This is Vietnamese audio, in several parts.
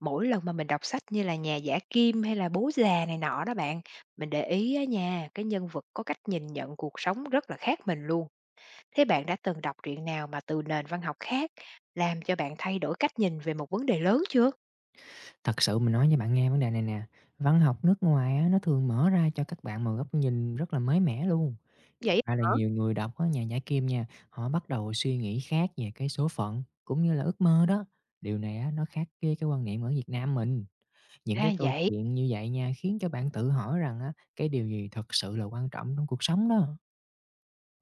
Mỗi lần mà mình đọc sách như là Nhà Giả Kim hay là Bố Già này nọ đó bạn, mình để ý á nha, cái nhân vật có cách nhìn nhận cuộc sống rất là khác mình luôn. Thế bạn đã từng đọc truyện nào mà từ nền văn học khác làm cho bạn thay đổi cách nhìn về một vấn đề lớn chưa? Thật sự mình nói với bạn nghe vấn đề này nè, văn học nước ngoài á, nó thường mở ra cho các bạn một góc nhìn rất là mới mẻ luôn. Thật Vậy ra là hả? nhiều người đọc á, nhà giải kim nha, họ bắt đầu suy nghĩ khác về cái số phận cũng như là ước mơ đó. Điều này á, nó khác với cái quan niệm ở Việt Nam mình. Những Ra cái câu vậy, chuyện như vậy nha khiến cho bạn tự hỏi rằng á, cái điều gì thật sự là quan trọng trong cuộc sống đó.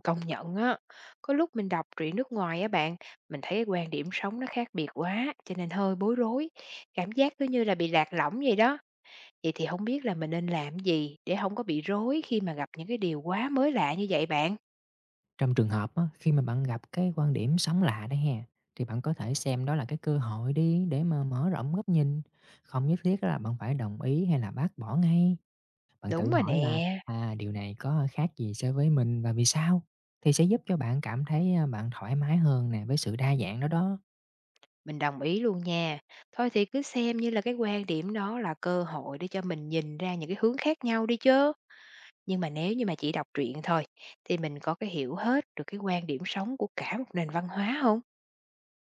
công nhận á. Có lúc mình đọc truyện nước ngoài á bạn, mình thấy quan điểm sống nó khác biệt quá, cho nên hơi bối rối. Cảm giác cứ như là bị lạc lõng vậy đó. Vậy thì không biết là mình nên làm gì để không có bị rối khi mà gặp những cái điều quá mới lạ như vậy bạn? Trong trường hợp á, khi mà bạn gặp cái quan điểm sống lạ đấy ha, thì bạn có thể xem đó là cái cơ hội đi để mà mở rộng góc nhìn. Không nhất thiết là bạn phải đồng ý hay là bác bỏ ngay. Bạn Đúng tự rồi hỏi là nè. à, điều này có khác gì so với mình và vì sao? Thì sẽ giúp cho bạn cảm thấy à, bạn thoải mái hơn nè với sự đa dạng đó đó. Mình đồng ý luôn nha. Thôi thì cứ xem như là cái quan điểm đó là cơ hội để cho mình nhìn ra những cái hướng khác nhau đi chứ. Nhưng mà nếu như mà chỉ đọc truyện thôi, thì mình có cái hiểu hết được cái quan điểm sống của cả một nền văn hóa không?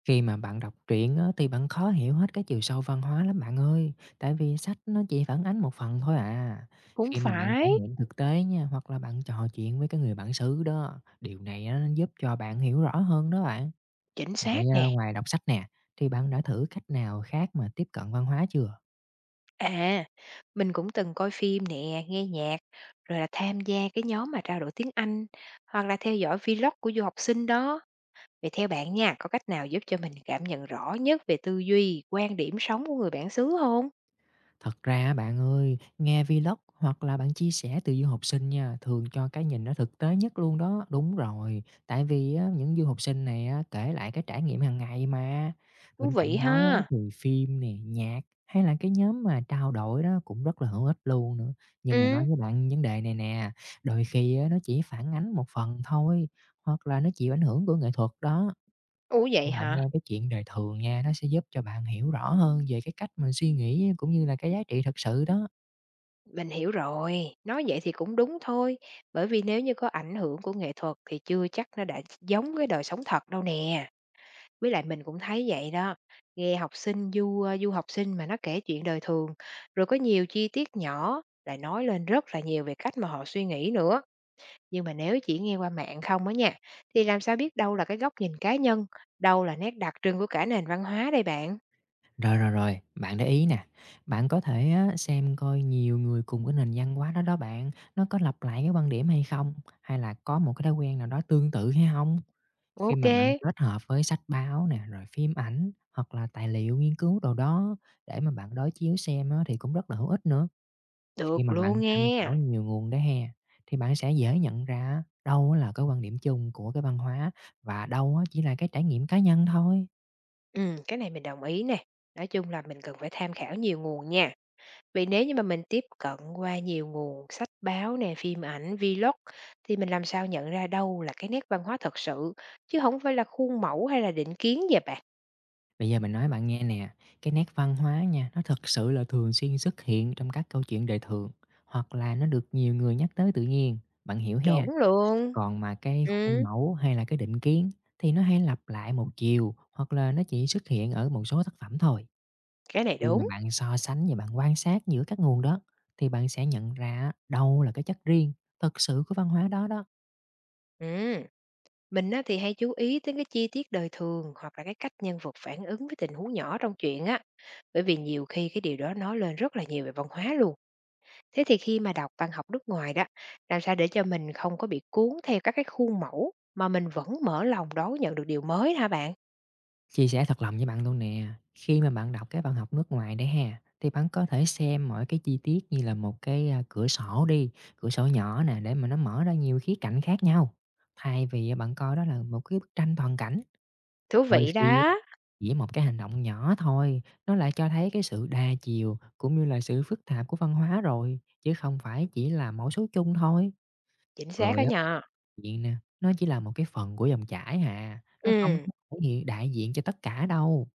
Khi mà bạn đọc truyện á, thì bạn khó hiểu hết cái chiều sâu văn hóa lắm bạn ơi, tại vì sách nó chỉ phản ánh một phần thôi à. Cũng Khi mà bạn trải phải. nghiệm thực tế nha, hoặc là bạn trò chuyện với cái người bản xứ đó, điều này á, nó giúp cho bạn hiểu rõ hơn đó bạn. Chính Vậy xác à, nè. ngoài đọc sách nè, thì bạn đã thử cách nào khác mà tiếp cận văn hóa chưa? À, mình cũng từng coi phim nè, nghe nhạc, rồi là tham gia cái nhóm mà trao đổi tiếng Anh, hoặc là theo dõi vlog của du học sinh đó. Vậy theo bạn nha, có cách nào giúp cho mình cảm nhận rõ nhất về tư duy, quan điểm sống của người bản xứ không? Thật ra á bạn ơi, nghe vlog hoặc là bạn chia sẻ từ du học sinh nha, thường cho cái nhìn nó thực tế nhất luôn đó. Đúng rồi, tại vì á, những du học sinh này á, kể lại cái trải nghiệm hàng ngày mà. Thú Bên vị cạnh đó ha! thì phim nè, nhạc hay là cái nhóm mà trao đổi đó cũng rất là hữu ích luôn nữa. Nhưng mà nói Ừ. với bạn vấn đề này nè, đôi khi á, nó chỉ phản ánh một phần thôi, hoặc là nó chịu ảnh hưởng của nghệ thuật đó. Ủa vậy Bạn nghe hả? cái chuyện đời thường nha, nó sẽ giúp cho bạn hiểu rõ hơn về cái cách mà suy nghĩ cũng như là cái giá trị thật sự đó. Mình hiểu rồi, nói vậy thì cũng đúng thôi, bởi vì nếu như có ảnh hưởng của nghệ thuật thì chưa chắc nó đã giống với đời sống thật đâu nè. Với lại mình cũng thấy vậy đó, nghe học sinh du ờ, du học sinh mà nó kể chuyện đời thường, rồi có nhiều chi tiết nhỏ lại nói lên rất là nhiều về cách mà họ suy nghĩ nữa. Nhưng mà nếu chỉ nghe qua mạng không á nha, thì làm sao biết đâu là cái góc nhìn cá nhân, đâu là nét đặc trưng của cả nền văn hóa đây bạn? Rồi, rồi, rồi, bạn để ý nè, bạn có thể á, xem coi nhiều người cùng cái nền văn hóa đó đó bạn, nó có lặp lại cái quan điểm hay không, hay là có một cái thói quen nào đó tương tự hay không. Khi Ok, mà bạn kết hợp với sách báo nè, rồi phim ảnh hoặc là tài liệu nghiên cứu đồ đó để mà bạn đối chiếu xem á, thì cũng rất là hữu ích nữa. Khi được mà luôn bạn tham nghe. khảo nhiều nguồn đó ha, thì bạn sẽ dễ nhận ra đâu á là cái quan điểm chung của cái văn hóa và đâu á chỉ là cái trải nghiệm cá nhân thôi. Ừ, cái này mình đồng ý nè. Nói chung là mình cần phải tham khảo nhiều nguồn nha. Vì nếu như mà mình tiếp cận qua nhiều nguồn sách báo nè, phim ảnh, vlog thì mình làm sao nhận ra đâu là cái nét văn hóa thật sự chứ không phải là khuôn mẫu hay là định kiến vậy bạn. Bây giờ mình nói bạn nghe nè, cái nét văn hóa nha, nó thật sự là thường xuyên xuất hiện trong các câu chuyện đời thường hoặc là nó được nhiều người nhắc tới tự nhiên, bạn hiểu Chuẩn ha. luôn. Còn mà cái khuôn Ừ, mẫu hay là cái định kiến thì nó hay lặp lại một chiều hoặc là nó chỉ xuất hiện ở một số tác phẩm thôi. cái này Khi mà đúng. bạn so sánh và bạn quan sát giữa các nguồn đó, thì bạn sẽ nhận ra á, đâu là cái chất riêng, thực sự của văn hóa đó đó. Ừ. Mình á, thì hay chú ý tới cái chi tiết đời thường hoặc là cái cách nhân vật phản ứng với tình huống nhỏ trong chuyện á. Bởi vì nhiều khi cái điều đó nói lên rất là nhiều về văn hóa luôn. Thế thì khi mà đọc văn học nước ngoài đó, làm sao để cho mình không có bị cuốn theo các cái khuôn mẫu mà mình vẫn mở lòng đón nhận được điều mới hả bạn? Chia sẻ thật lòng với bạn luôn nè, khi mà bạn đọc cái văn học nước ngoài đấy ha, thì bạn có thể xem mỗi cái chi tiết như là một cái à, cửa sổ đi, cửa sổ nhỏ nè, để mà nó mở ra nhiều khía cạnh khác nhau. Thay vì à, bạn coi đó là một cái bức tranh toàn cảnh, Thú đôi vị khi đó. chỉ một cái hành động nhỏ thôi, nó lại cho thấy cái sự đa chiều cũng như là sự phức tạp của văn hóa rồi, chứ không phải chỉ là mẫu số chung thôi. Chính xác đó Rồi á. nhờ. Diện nè, nó chỉ là một cái phần của dòng chảy hà, nó không Ừ, có thể hiện đại diện cho tất cả đâu.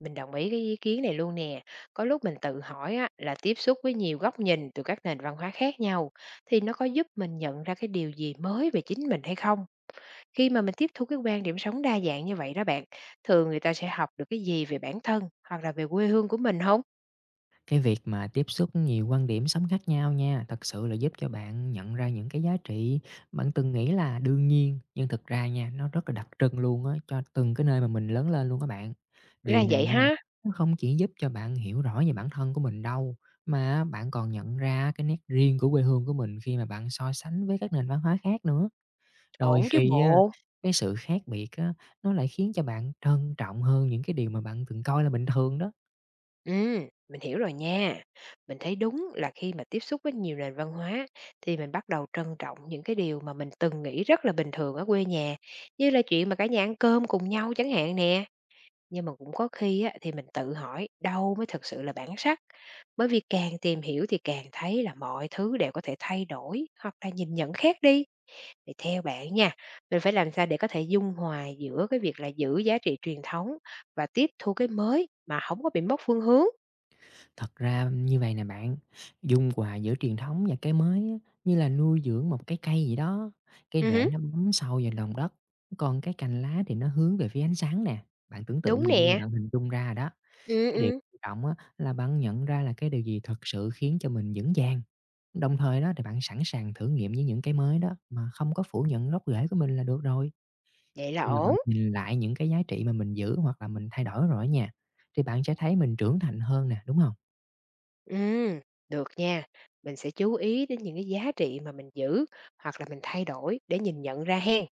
mình đồng ý cái ý kiến này luôn nè. Có lúc mình tự hỏi á, là tiếp xúc với nhiều góc nhìn từ các nền văn hóa khác nhau thì nó có giúp mình nhận ra cái điều gì mới về chính mình hay không? Khi mà mình tiếp thu cái quan điểm sống đa dạng như vậy đó bạn, thường người ta sẽ học được cái gì về bản thân hoặc là về quê hương của mình hông? Cái việc mà tiếp xúc nhiều quan điểm sống khác nhau nha, thật sự là giúp cho bạn nhận ra những cái giá trị bạn từng nghĩ là đương nhiên, nhưng thực ra nha, nó rất là đặc trưng luôn á, cho từng cái nơi mà mình lớn lên luôn các bạn. Ra Điều này vậy nha, ha, nó không chỉ giúp cho bạn hiểu rõ về bản thân của mình đâu, mà bạn còn nhận ra cái nét riêng của quê hương của mình khi mà bạn so sánh với các nền văn hóa khác nữa. Đôi ổn chứ khi á, bộ. cái sự khác biệt á, nó lại khiến cho bạn trân trọng hơn những cái điều mà bạn từng coi là bình thường đó. Mình hiểu rồi nha. Mình thấy đúng là khi mà tiếp xúc với nhiều nền văn hóa thì mình bắt đầu trân trọng những cái điều mà mình từng nghĩ rất là bình thường ở quê nhà, như là chuyện mà cả nhà ăn cơm cùng nhau chẳng hạn nè. Nhưng mà cũng có khi á, thì mình tự hỏi đâu mới thực sự là bản sắc, bởi vì càng tìm hiểu thì càng thấy là mọi thứ đều có thể thay đổi hoặc là nhìn nhận khác đi. Thì theo bạn nha, mình phải làm sao để có thể dung hòa giữa cái việc là giữ giá trị truyền thống và tiếp thu cái mới mà không có bị mất phương hướng. Thật ra như vậy nè bạn, dung hòa giữa truyền thống và cái mới á, như là nuôi dưỡng một cái cây gì đó, cái Ừ, rễ hứ, nó bấm sâu vào lòng đất, còn cái cành lá thì nó hướng về phía ánh sáng nè. Bạn tưởng tượng đúng vậy mà nè. bạn hình dung ra rồi đó. Ừ, Cái điều ừ. quan trọng á, là bạn nhận ra là cái điều gì thật sự khiến cho mình vững vàng. Đồng thời đó thì bạn sẵn sàng thử nghiệm với những cái mới đó, mà không có phủ nhận gốc rễ của mình là được rồi. Vậy là Khi mà bạn ổn. nhìn lại những cái giá trị mà mình giữ hoặc là mình thay đổi rồi á nha, thì bạn sẽ thấy mình trưởng thành hơn nè, đúng không? Ừ, được nha. Mình sẽ chú ý đến những cái giá trị mà mình giữ hoặc là mình thay đổi để nhìn nhận ra hen.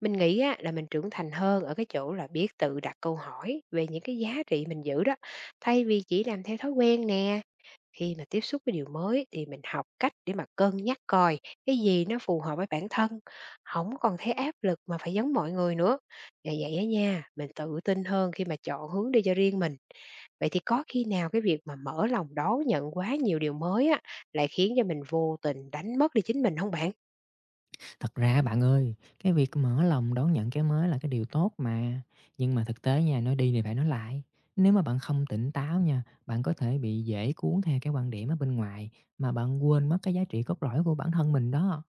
Mình nghĩ á, là mình trưởng thành hơn ở cái chỗ là biết tự đặt câu hỏi về những cái giá trị mình giữ đó, thay vì chỉ làm theo thói quen nè. Khi mà tiếp xúc với điều mới thì mình học cách để mà cân nhắc coi cái gì nó phù hợp với bản thân, không còn thấy áp lực mà phải giống mọi người nữa. Và vậy á nha, mình tự tin hơn khi mà chọn hướng đi cho riêng mình. Vậy thì có khi nào cái việc mà mở lòng đón nhận quá nhiều điều mới á lại khiến cho mình vô tình đánh mất đi chính mình không bạn? Thật ra bạn ơi, cái việc mở lòng đón nhận cái mới là cái điều tốt mà. Nhưng mà thực tế nha, nói đi thì phải nói lại, nếu mà bạn không tỉnh táo nha, bạn có thể bị dễ cuốn theo cái quan điểm ở bên ngoài mà bạn quên mất cái giá trị cốt lõi của bản thân mình đó.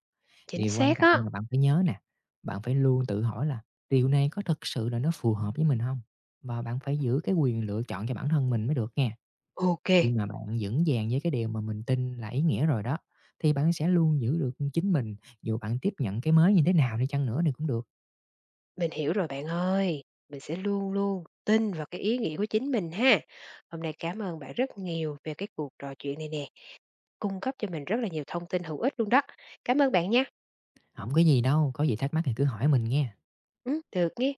Chính Điều quan xác á. trọng là bạn phải nhớ nè, bạn phải luôn tự hỏi là điều này có thực sự là nó phù hợp với mình không. Và bạn phải giữ cái quyền lựa chọn cho bản thân mình mới được nha. Ok. Khi mà bạn vững vàng với cái điều mà mình tin là ý nghĩa rồi đó, thì bạn sẽ luôn giữ được chính mình, dù bạn tiếp nhận cái mới như thế nào đi chăng nữa thì cũng được. Mình hiểu rồi bạn ơi, mình sẽ luôn luôn tin vào cái ý nghĩ của chính mình ha. Hôm nay cảm ơn bạn rất nhiều về cái cuộc trò chuyện này nè, cung cấp cho mình rất là nhiều thông tin hữu ích luôn đó. Cảm ơn bạn nha. Không có gì đâu, có gì thắc mắc thì cứ hỏi mình nghe. Ừ, được nha.